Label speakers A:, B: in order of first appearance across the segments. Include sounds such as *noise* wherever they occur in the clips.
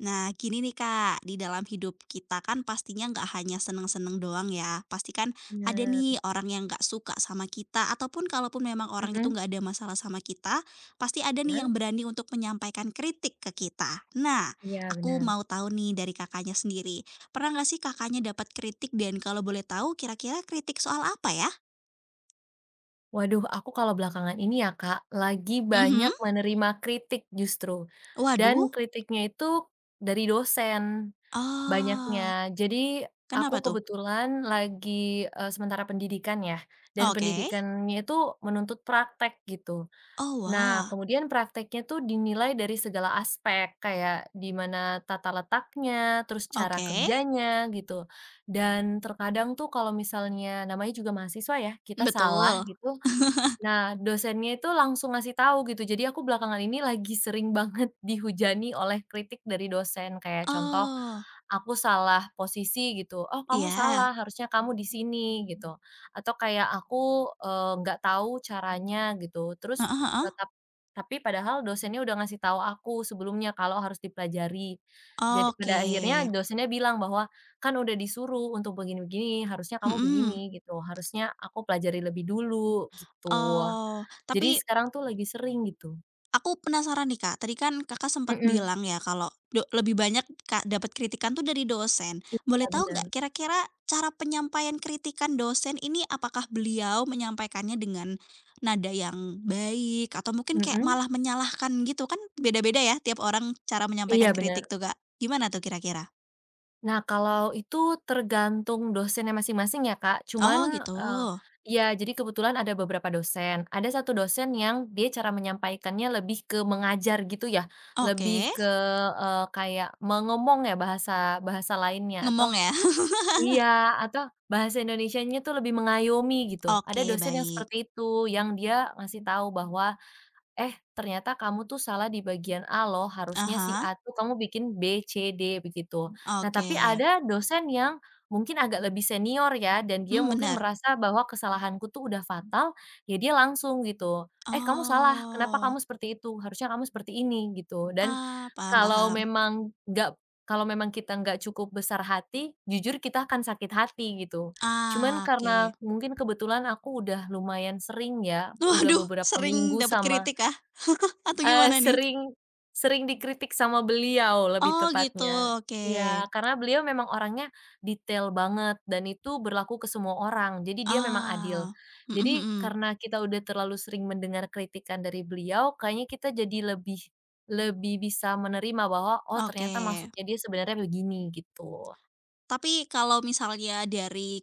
A: Nah, gini nih Kak, di dalam hidup kita kan pastinya nggak hanya seneng-seneng doang ya. Pasti kan ada
B: Bener.
A: nih orang yang nggak suka sama kita, ataupun kalaupun memang orang itu
B: Mhm,
A: nggak ada masalah sama kita, pasti ada nih yang
B: ya?
A: berani untuk menyampaikan kritik ke kita. Nah,
B: Iya
A: aku
B: bener.
A: mau tahu nih dari kakaknya sendiri, pernah nggak sih kakaknya dapat kritik dan kalau boleh tahu kira-kira kritik soal apa ya?
B: Waduh, aku kalau belakangan ini ya Kak, lagi
A: Mhm.
B: banyak menerima kritik justru, dan
A: Waduh.
B: kritiknya itu dari dosen
A: Oh,
B: banyaknya. Jadi aku
A: kenapa tuh?
B: kebetulan lagi, sementara pendidikan ya, dan
A: Oke.
B: pendidikannya itu menuntut praktek gitu.
A: Oh
B: Nah,
A: wah.
B: kemudian prakteknya tuh dinilai dari segala aspek, kayak di mana tata letaknya, terus cara
A: Oke.
B: kerjanya gitu. Dan terkadang tuh kalau misalnya namanya juga mahasiswa ya, kita salah
A: Betul.
B: gitu.
A: *laughs*
B: Nah, dosennya itu langsung ngasih tahu gitu. Jadi aku belakangan ini lagi sering *laughs* banget dihujani oleh kritik dari dosen. Kayak contoh,
A: Oh,
B: aku salah posisi gitu. "Oh, kamu
A: iya,
B: salah, harusnya kamu di sini," gitu. Atau kayak aku, nggak tahu caranya gitu. Terus
A: heeh heeh,
B: tetap tapi padahal dosennya udah ngasih tahu aku sebelumnya kalau harus dipelajari. Jadi
A: oke,
B: pada akhirnya dosennya bilang bahwa kan udah disuruh untuk begini-begini, harusnya kamu
A: mhm,
B: begini gitu, harusnya aku pelajari lebih dulu gitu.
A: oh,
B: Jadi
A: tapi
B: sekarang tuh lagi sering gitu.
A: aku penasaran nih, Kak, tadi kan Kakak sempat
B: Mhm,
A: bilang ya kalau do lebih banyak Kak, dapat kritikan tuh dari dosen.
B: iya
A: Boleh tahu
B: bener,
A: nggak kira-kira cara penyampaian kritikan dosen ini apakah beliau menyampaikannya dengan nada yang baik atau mungkin kayak
B: mhm,
A: malah menyalahkan gitu? Kan beda-beda ya tiap orang cara menyampaikan
B: iya bener.
A: kritik tuh, Kak. Gimana tuh kira-kira?
B: Nah kalau itu tergantung dosennya masing-masing ya Kak,
A: Oh
B: cuman,
A: gitu,
B: eee, iya jadi kebetulan ada beberapa dosen, ada satu dosen yang dia cara menyampaikannya lebih ke mengajar gitu ya, lebih
A: oke,
B: ke, kayak mengomong ya bahasa bahasa lainnya
A: ngomong
B: atau
A: ya? *laughs*
B: iya, atau bahasa Indonesianya tuh lebih mengayomi gitu. Ada
A: Oke,
B: dosen yang
A: baik.
B: seperti itu, yang dia ngasih tahu bahwa, "Eh, ternyata kamu tuh salah di bagian A loh, harusnya si
A: Ah
B: A tuh kamu bikin B, C, D begitu." Nah,
A: oke.
B: tapi ada dosen yang mungkin agak lebih senior ya, dan dia
A: Hmm
B: mungkin
A: benar,
B: merasa bahwa kesalahanku tuh udah fatal, ya dia langsung gitu, "Eh, kamu salah, kenapa kamu
A: oh,
B: seperti itu? Harusnya kamu seperti ini," gitu. Dan
A: ah, paham
B: kalau
A: paham.
B: memang nggak, kalau memang kita nggak cukup besar hati, jujur kita akan sakit hati gitu. Cuman
A: Ah, oke.
B: karena mungkin kebetulan aku udah lumayan sering ya, udah
A: Waduh,
B: beberapa
A: sering
B: minggu
A: dapat
B: sama
A: kritik ah, *laughs* atau
B: Eee,
A: gimana nih?
B: sering sering dikritik sama beliau lebih
A: Oh, gitu,
B: tepatnya.
A: oke.
B: Iya, karena beliau memang orangnya detail banget dan itu berlaku ke semua orang, jadi dia memang adil.
A: Ah, mhm
B: Jadi
A: mhm,
B: karena kita udah terlalu sering mendengar kritikan dari beliau, kayaknya kita jadi lebih lebih bisa menerima bahwa, "Oh
A: oke.
B: ternyata maksudnya dia sebenarnya begini," gitu.
A: Tapi kalau misalnya dari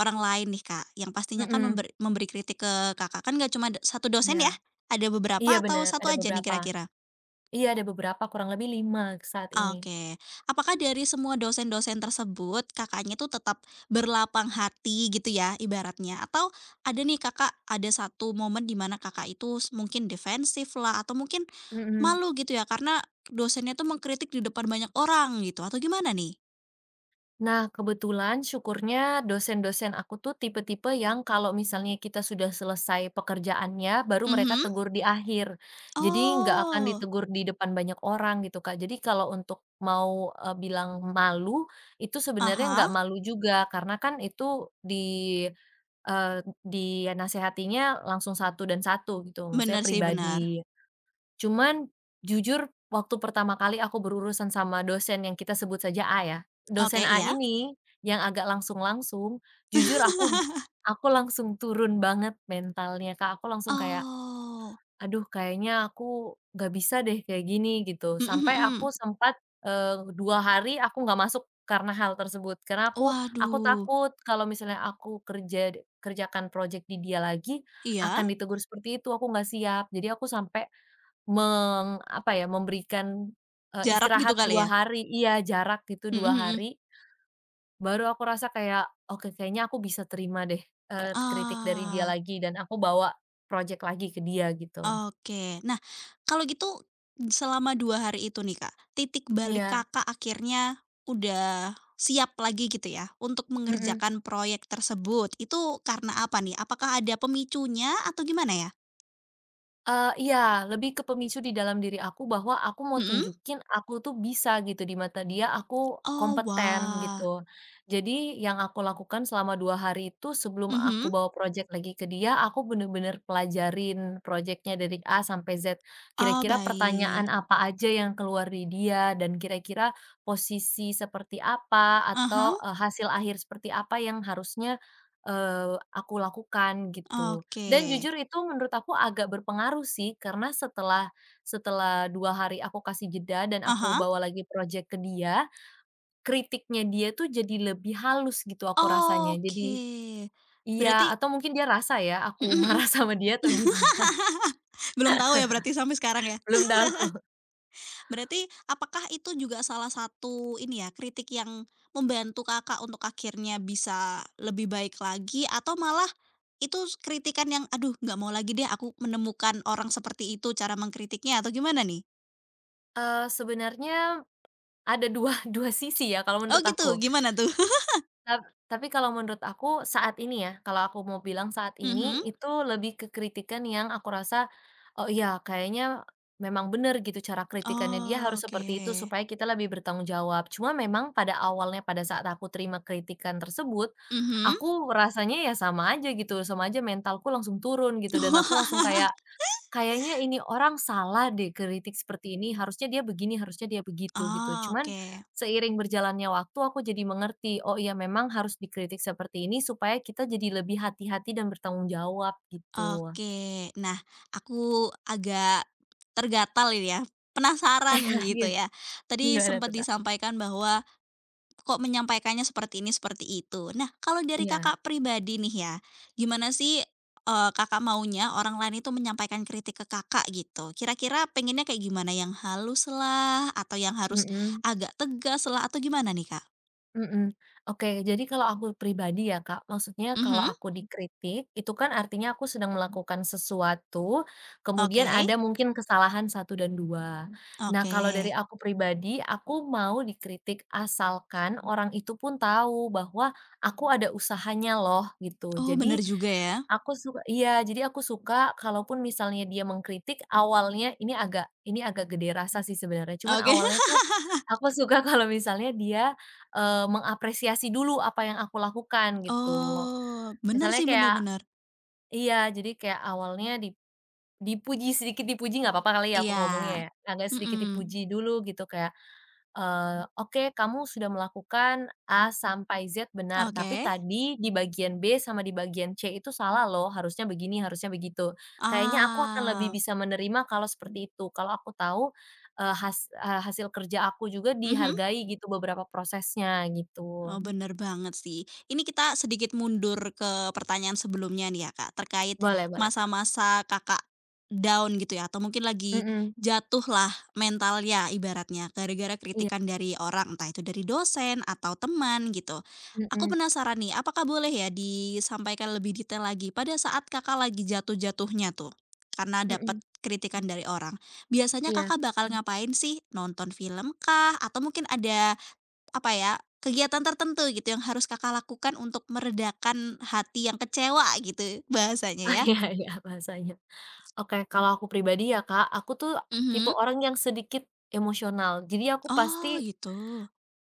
A: orang lain nih, Kak, yang pastinya kan
B: Mhm,
A: memberi kritik ke Kakak, kan nggak cuma 1 dosen ya?
B: iya.
A: Ada beberapa
B: Iya
A: atau
B: bener,
A: satu
B: ada
A: aja nih
B: beberapa.
A: kira-kira?
B: Iya ada beberapa, kurang lebih 5 saat ini.
A: Oke. Apakah dari semua dosen-dosen tersebut, Kakaknya tuh tetap berlapang hati gitu ya ibaratnya? Atau ada nih Kakak, ada satu momen di mana Kakak itu mungkin defensif lah atau mungkin
B: Mhm.
A: malu gitu ya karena dosennya tuh mengkritik di depan banyak orang gitu atau gimana nih?
B: Nah, kebetulan syukurnya dosen-dosen aku tuh tipe-tipe yang kalau misalnya kita sudah selesai pekerjaannya, baru mereka
A: Mhm.
B: tegur di akhir. Jadi nggak akan
A: Oh.
B: ditegur di depan banyak orang gitu, Kak. Jadi kalau untuk mau, bilang malu, itu sebenarnya
A: Aha,
B: nggak malu juga, karena kan itu di eh, di ya, nasihatinya langsung satu dan satu gitu, maksudnya
A: benar sih, benar.
B: pribadi. Cuman jujur waktu pertama kali aku berurusan sama dosen yang kita sebut saja A ya,
A: Oke,
B: dosen A
A: iya.
B: ini yang agak langsung-langsung, jujur
A: *laughs*
B: aku langsung turun banget mentalnya, Kak. Aku langsung kayak,
A: Oh.
B: "Aduh kayaknya aku nggak bisa deh kayak gini," gitu.
A: Mhm mhm.
B: Sampai aku
A: Mhm.
B: sempat, 2 hari aku nggak masuk karena hal tersebut. Karena aku
A: Waduh.
B: takut kalau misalnya aku kerjakan project di dia lagi
A: Iya?
B: akan ditegur seperti itu, aku nggak siap. Jadi aku sampai meng apa ya, memberikan,
A: Jarak gitu
B: istirahat 2
A: kali ya?
B: hari iya, jarak gitu
A: Mhm
B: dua
A: mhm. Mhm.
B: hari, baru aku rasa kayak, "Oke, kayaknya aku bisa terima deh, kritik dari dia
A: Ah.
B: lagi," dan aku bawa project lagi ke dia gitu.
A: Oke. Nah, kalau gitu selama 2 hari itu nih, Kak, titik balik
B: Iya,
A: Kakak akhirnya udah siap lagi gitu ya untuk
B: mhm.
A: mengerjakan proyek tersebut, itu karena apa nih? Apakah ada pemicunya atau gimana ya?
B: Iya, lebih ke pemicu di dalam diri aku bahwa aku mau
A: Mhm.
B: tunjukin aku tuh bisa gitu di mata dia, aku
A: Oh,
B: kompeten
A: wah.
B: gitu. Jadi yang aku lakukan selama 2 hari itu sebelum
A: Mhm.
B: aku bawa project lagi ke dia, aku bener-bener pelajarin project-nya dari A sampai Z.
A: Oh,
B: Kira-kira pertanyaan
A: baik.
B: apa aja yang keluar di dia dan kira-kira posisi seperti apa
A: Aha.
B: atau, hasil akhir seperti apa yang harusnya, aku lakukan gitu.
A: Oke.
B: Dan jujur itu menurut aku agak berpengaruh sih, karena setelah setelah 2 hari aku kasih jeda dan aku
A: Aha.
B: bawa lagi project ke dia, kritiknya dia tuh jadi lebih halus gitu aku rasanya. Jadi
A: Oke.
B: iya,
A: Berarti
B: atau mungkin dia rasa ya
A: *laughs*
B: aku *laughs*
A: mhm mhm.
B: marah sama dia atau gimana,
A: Belum tahu ya berarti sampai sekarang ya?
B: *laughs* belum tahu.
A: Berarti apakah itu juga salah satu ini ya, kritik yang membantu Kakak untuk akhirnya bisa lebih baik lagi atau malah itu kritikan yang, "Aduh nggak mau lagi deh aku menemukan orang seperti itu cara mengkritiknya," atau gimana nih?
B: Sebenarnya ada dua *laughs* dua sisi ya kalau
A: Oh
B: menurut
A: gitu,
B: aku.
A: gimana tuh? *laughs*
B: Tap tapi kalau menurut aku saat ini ya, kalau aku mau bilang saat ini,
A: Mhm.
B: itu lebih ke kritikan yang aku rasa, oh iya kayaknya memang benar gitu, cara kritikannya dia
A: Oh,
B: harus seperti itu
A: oke.
B: supaya kita lebih bertanggung jawab. Cuma memang pada awalnya pada saat aku terima kritikan tersebut,
A: Mhm.
B: aku rasanya ya sama aja gitu, sama aja mentalku langsung turun gitu dan aku langsung
A: *laughs*
B: kayak, "Kayaknya ini orang salah deh kritik seperti ini, harusnya dia begini, harusnya dia begitu gitu."
A: Oh,
B: Cuman
A: oke
B: seiring berjalannya waktu aku jadi mengerti, oh iya memang harus dikritik seperti ini supaya kita jadi lebih hati-hati dan bertanggung jawab gitu.
A: oke. Nah, aku agak tergatal ini ya, penasaran
B: *laughs*
A: gitu
B: Iya,
A: ya. Tadi
B: gimana
A: sempat
B: tuh Kak?
A: disampaikan bahwa kok menyampaikannya seperti ini, seperti itu. Nah, kalau dari
B: Iya,
A: Kakak pribadi nih ya, gimana sih, Kakak maunya orang lain itu menyampaikan kritik ke Kakak gitu? Kira-kira pengennya kayak gimana? Yang halus lah, atau yang harus
B: mhm.
A: agak tegas lah, atau gimana nih, Kak?
B: Mhm. Oke, jadi kalau aku pribadi ya, Kak, maksudnya kalau
A: Mhm,
B: aku, mhm, dikritik, itu kan artinya aku sedang melakukan sesuatu, kemudian
A: oke,
B: ada mungkin kesalahan satu dan 2. Nah,
A: oke.
B: kalau dari aku pribadi, aku mau dikritik asalkan orang itu pun tahu bahwa aku ada usahanya loh, gitu.
A: Oh, bener
B: Jadi,
A: juga ya.
B: aku suka iya, jadi aku suka kalaupun misalnya dia mengkritik awalnya ini agak gede rasa sih sebenarnya, cuman
A: Oke.
B: awalnya tuh
A: *laughs*
B: aku suka *laughs* kalau misalnya dia mengapresiasi dulu apa yang aku lakukan gitu.
A: Oh, bener
B: Misalnya
A: sih, bener
B: kayak
A: bener.
B: iya, jadi kayak awalnya dipuji, sedikit dipuji nggak apa-apa kali ya aku ngomongnya ya,
A: Iya.
B: agak sedikit
A: Mhm,
B: dipuji dulu gitu kayak, "Oke kamu sudah melakukan A sampai Z benar, tapi
A: oke.
B: tadi di bagian B sama di bagian C itu salah loh, harusnya begini, harusnya begitu. Kayaknya aku akan lebih
A: Ah,
B: bisa menerima kalau seperti itu, kalau aku tahu, hasil kerja aku juga
A: mhm.
B: dihargai gitu beberapa prosesnya," gitu.
A: Oh, bener banget sih. Ini kita sedikit mundur ke pertanyaan sebelumnya nih ya, Kak, terkait
B: Boleh boleh, Kak.
A: masa-masa Kakak down gitu ya, atau mungkin lagi
B: Mhm.
A: jatuhlah mentalnya ibaratnya gara-gara
B: Iya.
A: kritikan dari orang, entah itu dari dosen atau teman gitu. Aku
B: Mhm.
A: penasaran nih, apakah boleh ya disampaikan lebih detail lagi pada saat Kakak lagi jatuh-jatuhnya tuh karena dapat
B: Mhm.
A: kritikan dari orang. Biasanya
B: Iya.
A: Kakak bakal
B: *laughs*
A: ngapain sih? Nonton film kah? Atau mungkin ada apa ya, kegiatan tertentu gitu yang harus Kakak lakukan untuk meredakan hati yang kecewa gitu bahasanya
B: Oh,
A: ya?
B: iya iya bahasanya. Oke, kalau aku pribadi ya, Kak, aku tuh tipe
A: Mhm.
B: orang yang sedikit emosional. Jadi aku pasti
A: Oh gitu.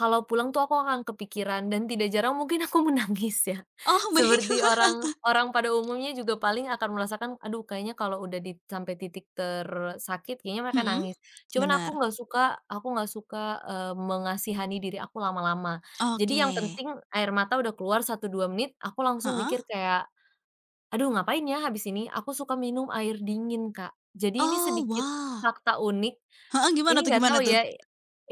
B: kalau pulang tuh aku akan kepikiran dan tidak jarang mungkin aku menangis ya.
A: Oh *laughs* baik.
B: Seperti orang orang pada umumnya juga paling akan merasakan, aduh kayaknya kalau udah di sampai titik tersakit kayaknya mereka
A: Mhm,
B: nangis. Cuman aku
A: bener.
B: nggak suka, aku nggak suka, mengasihani diri aku lama-lama. Jadi
A: Oke.
B: yang penting air mata udah keluar satu 2 menit, aku langsung
A: Heeh.
B: mikir kayak, "Aduh ngapain ya habis ini?" Aku suka minum air dingin, Kak. Jadi ini
A: Oh
B: sedikit
A: wah.
B: fakta unik,
A: Heeh, gimana
B: ini
A: tuh
B: nggak tahu
A: gimana tuh?
B: ya,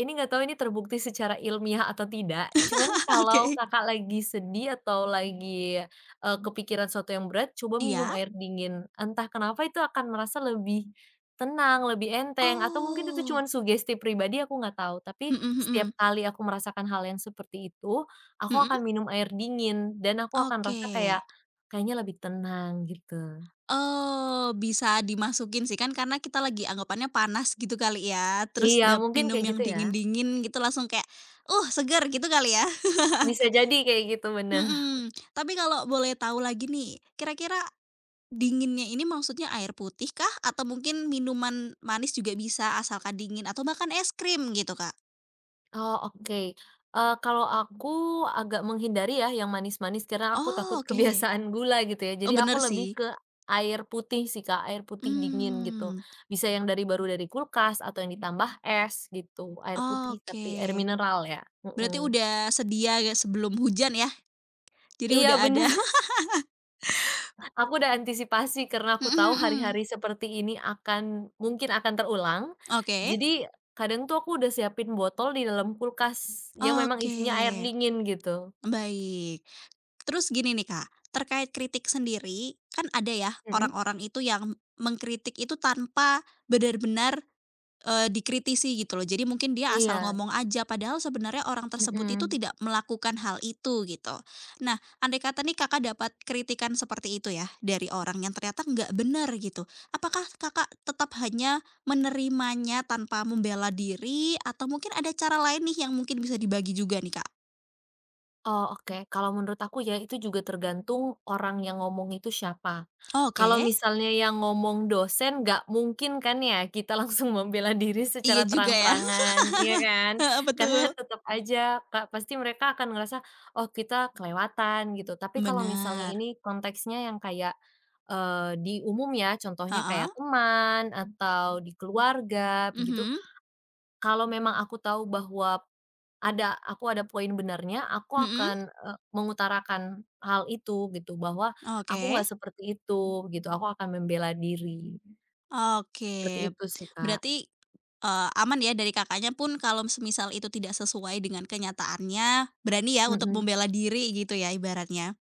B: ini nggak tahu ini terbukti secara ilmiah atau tidak, cuman
A: *laughs*
B: kalau
A: Oke.
B: Kakak lagi sedih atau lagi, kepikiran sesuatu yang berat, coba minum
A: Iya?
B: air dingin. Entah kenapa itu akan merasa lebih tenang, lebih enteng, atau mungkin itu
A: Oh.
B: cuman sugesti pribadi aku nggak tahu, tapi
A: Mhm mhm.
B: setiap kali aku merasakan hal yang seperti itu, aku
A: Mhm?
B: akan minum air dingin dan aku akan
A: Oke.
B: rasa kayak, kayaknya lebih tenang gitu.
A: Oh bisa dimasukin sih kan karena kita lagi anggapannya panas gitu kali ya, terus
B: Iya
A: dap
B: mungkin
A: minum
B: kayak
A: yang
B: gitu ya?
A: dingin-dingin gitu langsung kayak, seger," gitu kali ya. *laughs*
B: Bisa jadi kayak gitu, bener.
A: Mhm, tapi kalau boleh tahu lagi nih, kira-kira dinginnya ini maksudnya air putih kah? Atau mungkin minuman manis juga bisa asalkan dingin atau bahkan es krim gitu, Kak?
B: Oh, oke. Kalau aku agak menghindari ya yang manis-manis karena aku
A: Oh,
B: takut *laughs*
A: oke.
B: kebiasaan gula gitu ya.
A: Oh,
B: Jadi aku
A: bener
B: lebih
A: sih.
B: ke air putih sih, Kak, air putih dingin gitu.
A: Mmm,
B: Bisa yang dari baru dari kulkas atau yang ditambah es gitu, air putih
A: oke.
B: tapi air mineral ya,
A: Berarti
B: mhm.
A: udah sedia sebelum hujan ya, jadi
B: Iya
A: udah ada
B: bener, *laughs* aku udah antisipasi karena
A: *laughs*
B: aku
A: mhm
B: tahu
A: mhm.
B: hari-hari seperti ini akan mungkin akan terulang.
A: Oke
B: Jadi kadang tuh aku udah siapin botol di dalam kulkas yang memang isinya air
A: oke,
B: dingin gitu.
A: baik. Terus gini nih Kak, terkait kritik sendiri, kan ada ya
B: Mhm.
A: orang-orang itu yang mengkritik itu tanpa benar-benar dikritisi gitu loh. Jadi mungkin dia asal
B: Iya.
A: ngomong aja, padahal sebenarnya orang tersebut itu
B: Mhm.
A: tidak melakukan hal itu gitu. Nah, andai kata nih Kakak dapat kritikan seperti itu ya, dari orang yang ternyata nggak benar gitu. Apakah Kakak tetap hanya menerimanya tanpa membela diri atau mungkin ada cara lain nih yang mungkin bisa dibagi juga nih, Kak?
B: Oh, oke. Kalau menurut aku ya itu juga tergantung orang yang ngomong itu siapa.
A: Oke,
B: Kalau mhm misalnya yang ngomong dosen nggak mungkin kan ya kita *laughs* langsung membela diri
A: iya
B: secara
A: juga ya,
B: terang-terangan, iya kan?
A: *laughs* heeh,
B: Karena
A: betul.
B: tetap aja Kak, pasti mereka akan ngerasa, "Oh kita kelewatan," gitu. Tapi kalau misalnya
A: Bener,
B: ini konteksnya yang kayak, di umum ya, contohnya kayak
A: heeh,
B: teman atau di keluarga begitu,
A: mhm,
B: kalau memang aku tahu bahwa ada, aku ada poin benarnya, aku
A: mhm,
B: akan, mengutarakan hal itu gitu, bahwa aku
A: oke,
B: nggak seperti itu gitu, aku akan membela diri, seperti
A: oke.
B: itu sih, Kak.
A: Berarti aman ya dari Kakaknya pun kalau semisal itu tidak sesuai dengan kenyataannya, berani ya untuk
B: Mhm.
A: membela diri gitu ya ibaratnya?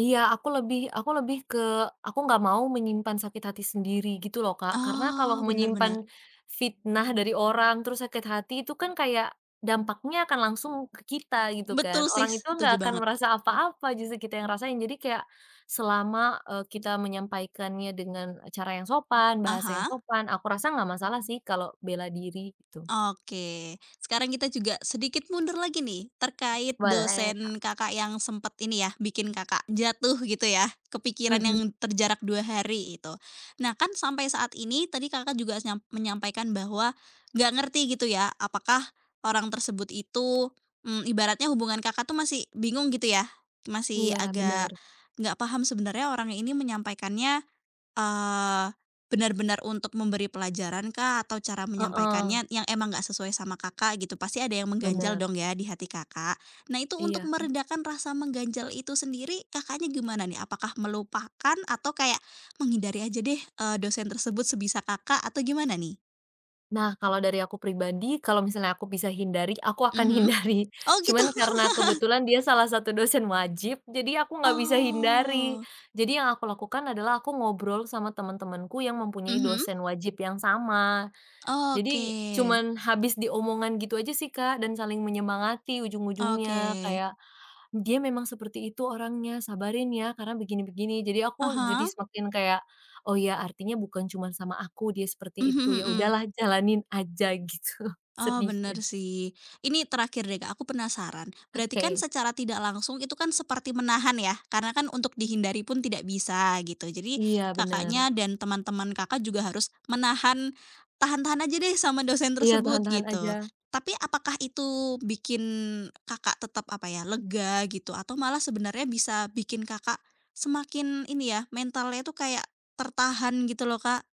B: Iya, aku lebih ke aku nggak mau menyimpan sakit hati sendiri gitu loh, Kak. Karena kalau
A: Oh,
B: menyimpan
A: benar-benar
B: fitnah dari orang, terus sakit hati itu kan kayak dampaknya akan langsung ke kita gitu kan.
A: betul sih,
B: Orang itu nggak
A: setuju
B: akan
A: banget.
B: merasa apa-apa, justru kita yang rasain. Jadi kayak selama, kita menyampaikannya dengan cara yang sopan, bahasa yang
A: Aha.
B: sopan, aku rasa nggak masalah sih kalau bela diri gitu.
A: Oke, sekarang kita juga sedikit mundur lagi nih, terkait
B: Boleh, Kak.
A: dosen Kakak yang sempat ini ya, bikin Kakak jatuh gitu ya, kepikiran
B: Mhm,
A: yang terjarak 2 hari itu. Nah kan sampai saat ini tadi Kakak juga menyampaikan bahwa nggak ngerti gitu ya, apakah orang tersebut itu, mmm, ibaratnya hubungan Kakak tuh masih bingung gitu ya, masih
B: iya
A: agak
B: bener.
A: nggak paham sebenarnya orang ini menyampaikannya Eee, benar-benar untuk memberi pelajaran kah atau cara
B: Heeh,
A: menyampaikannya yang emang nggak sesuai sama Kakak gitu, pasti ada yang mengganjal
B: bener,
A: dong ya di hati Kakak. Nah itu untuk
B: iya.
A: meredakan rasa mengganjal itu sendiri Kakaknya gimana nih? Apakah melupakan atau kayak menghindari aja deh, dosen tersebut sebisa Kakak atau gimana nih?
B: Nah, kalau dari aku pribadi, kalau misalnya aku bisa hindari, aku akan
A: Mhm.
B: hindari.
A: Oh
B: *laughs*
A: gitu?
B: Cuman
A: *laughs*
B: karena kebetulan dia salah satu dosen wajib, jadi aku nggak bisa hindari.
A: Oh.
B: Jadi yang aku lakukan adalah aku ngobrol sama teman-temanku yang mempunyai
A: Mhm.
B: dosen wajib yang sama. Jadi
A: Oke.
B: cuman habis di omongan gitu aja sih, Kak, dan saling menyemangati
A: Oke.
B: ujung-ujungnya, kayak, "Dia memang seperti itu orangnya, sabarin ya karena begini-begini." Jadi
A: Aha. Uh-huh.
B: aku jadi
A: Hah.
B: semakin kayak, "Oh ya artinya bukan cuman sama aku dia seperti
A: Mhm
B: itu, ya
A: mhm.
B: udahlah jalanin aja," *laughs* gitu
A: Oh, bener
B: sedihnya.
A: sih. Ini terakhir deh, Kak, aku penasaran. Berarti kan
B: Oke.
A: secara tidak langsung itu kan seperti menahan ya, karena kan untuk dihindari pun tidak bisa gitu. Jadi
B: Iya bener.
A: Kakaknya dan teman-teman Kakak juga harus menahan, tahan-tahan aja deh sama dosen
B: Iya
A: tersebut
B: tahan-tahan aja.
A: gitu. Tapi apakah itu bikin Kakak tetap apa ya, lega gitu atau malah sebenarnya bisa bikin Kakak semakin ini ya, mentalnya tuh kayak tertahan gitu loh, Kak?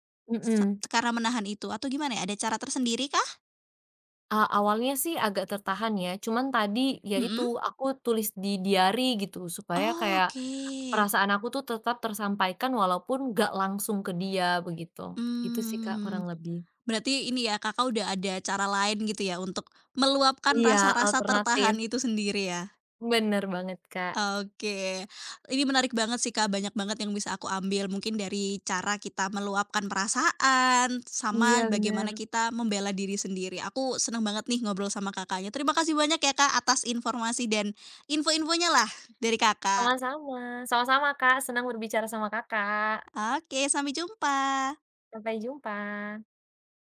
A: Se
B: Mhm.
A: karena menahan itu atau gimana ya? Ada cara tersendiri kah?
B: Awalnya sih agak tertahan ya, cuman tadi ya itu,
A: Mhm.
B: aku tulis di diary gitu, supaya
A: Oh,
B: kayak
A: oke,
B: perasaan aku tuh tetap tersampaikan walaupun gak langsung ke dia begitu. Gitu sih Kak
A: hmm,
B: kurang lebih.
A: berarti ini ya, Kakak udah ada cara lain gitu ya untuk meluapkan
B: Iya,
A: rasa-rasa
B: alternatif.
A: tertahan itu sendiri ya?
B: Bener banget Kak.
A: Oke, ini menarik banget sih, Kak, banyak banget yang bisa aku ambil mungkin dari cara kita meluapkan perasaan,
B: Iya
A: sama
B: bener.
A: bagaimana kita membela diri sendiri. Aku seneng banget nih ngobrol sama Kakaknya. Terima kasih banyak ya, Kak, atas informasi dan info-infonya lah dari Kakak.
B: Sama-sama. Sama-sama Kak, senang berbicara sama Kakak.
A: Oke, sampai jumpa.
B: Sampai jumpa.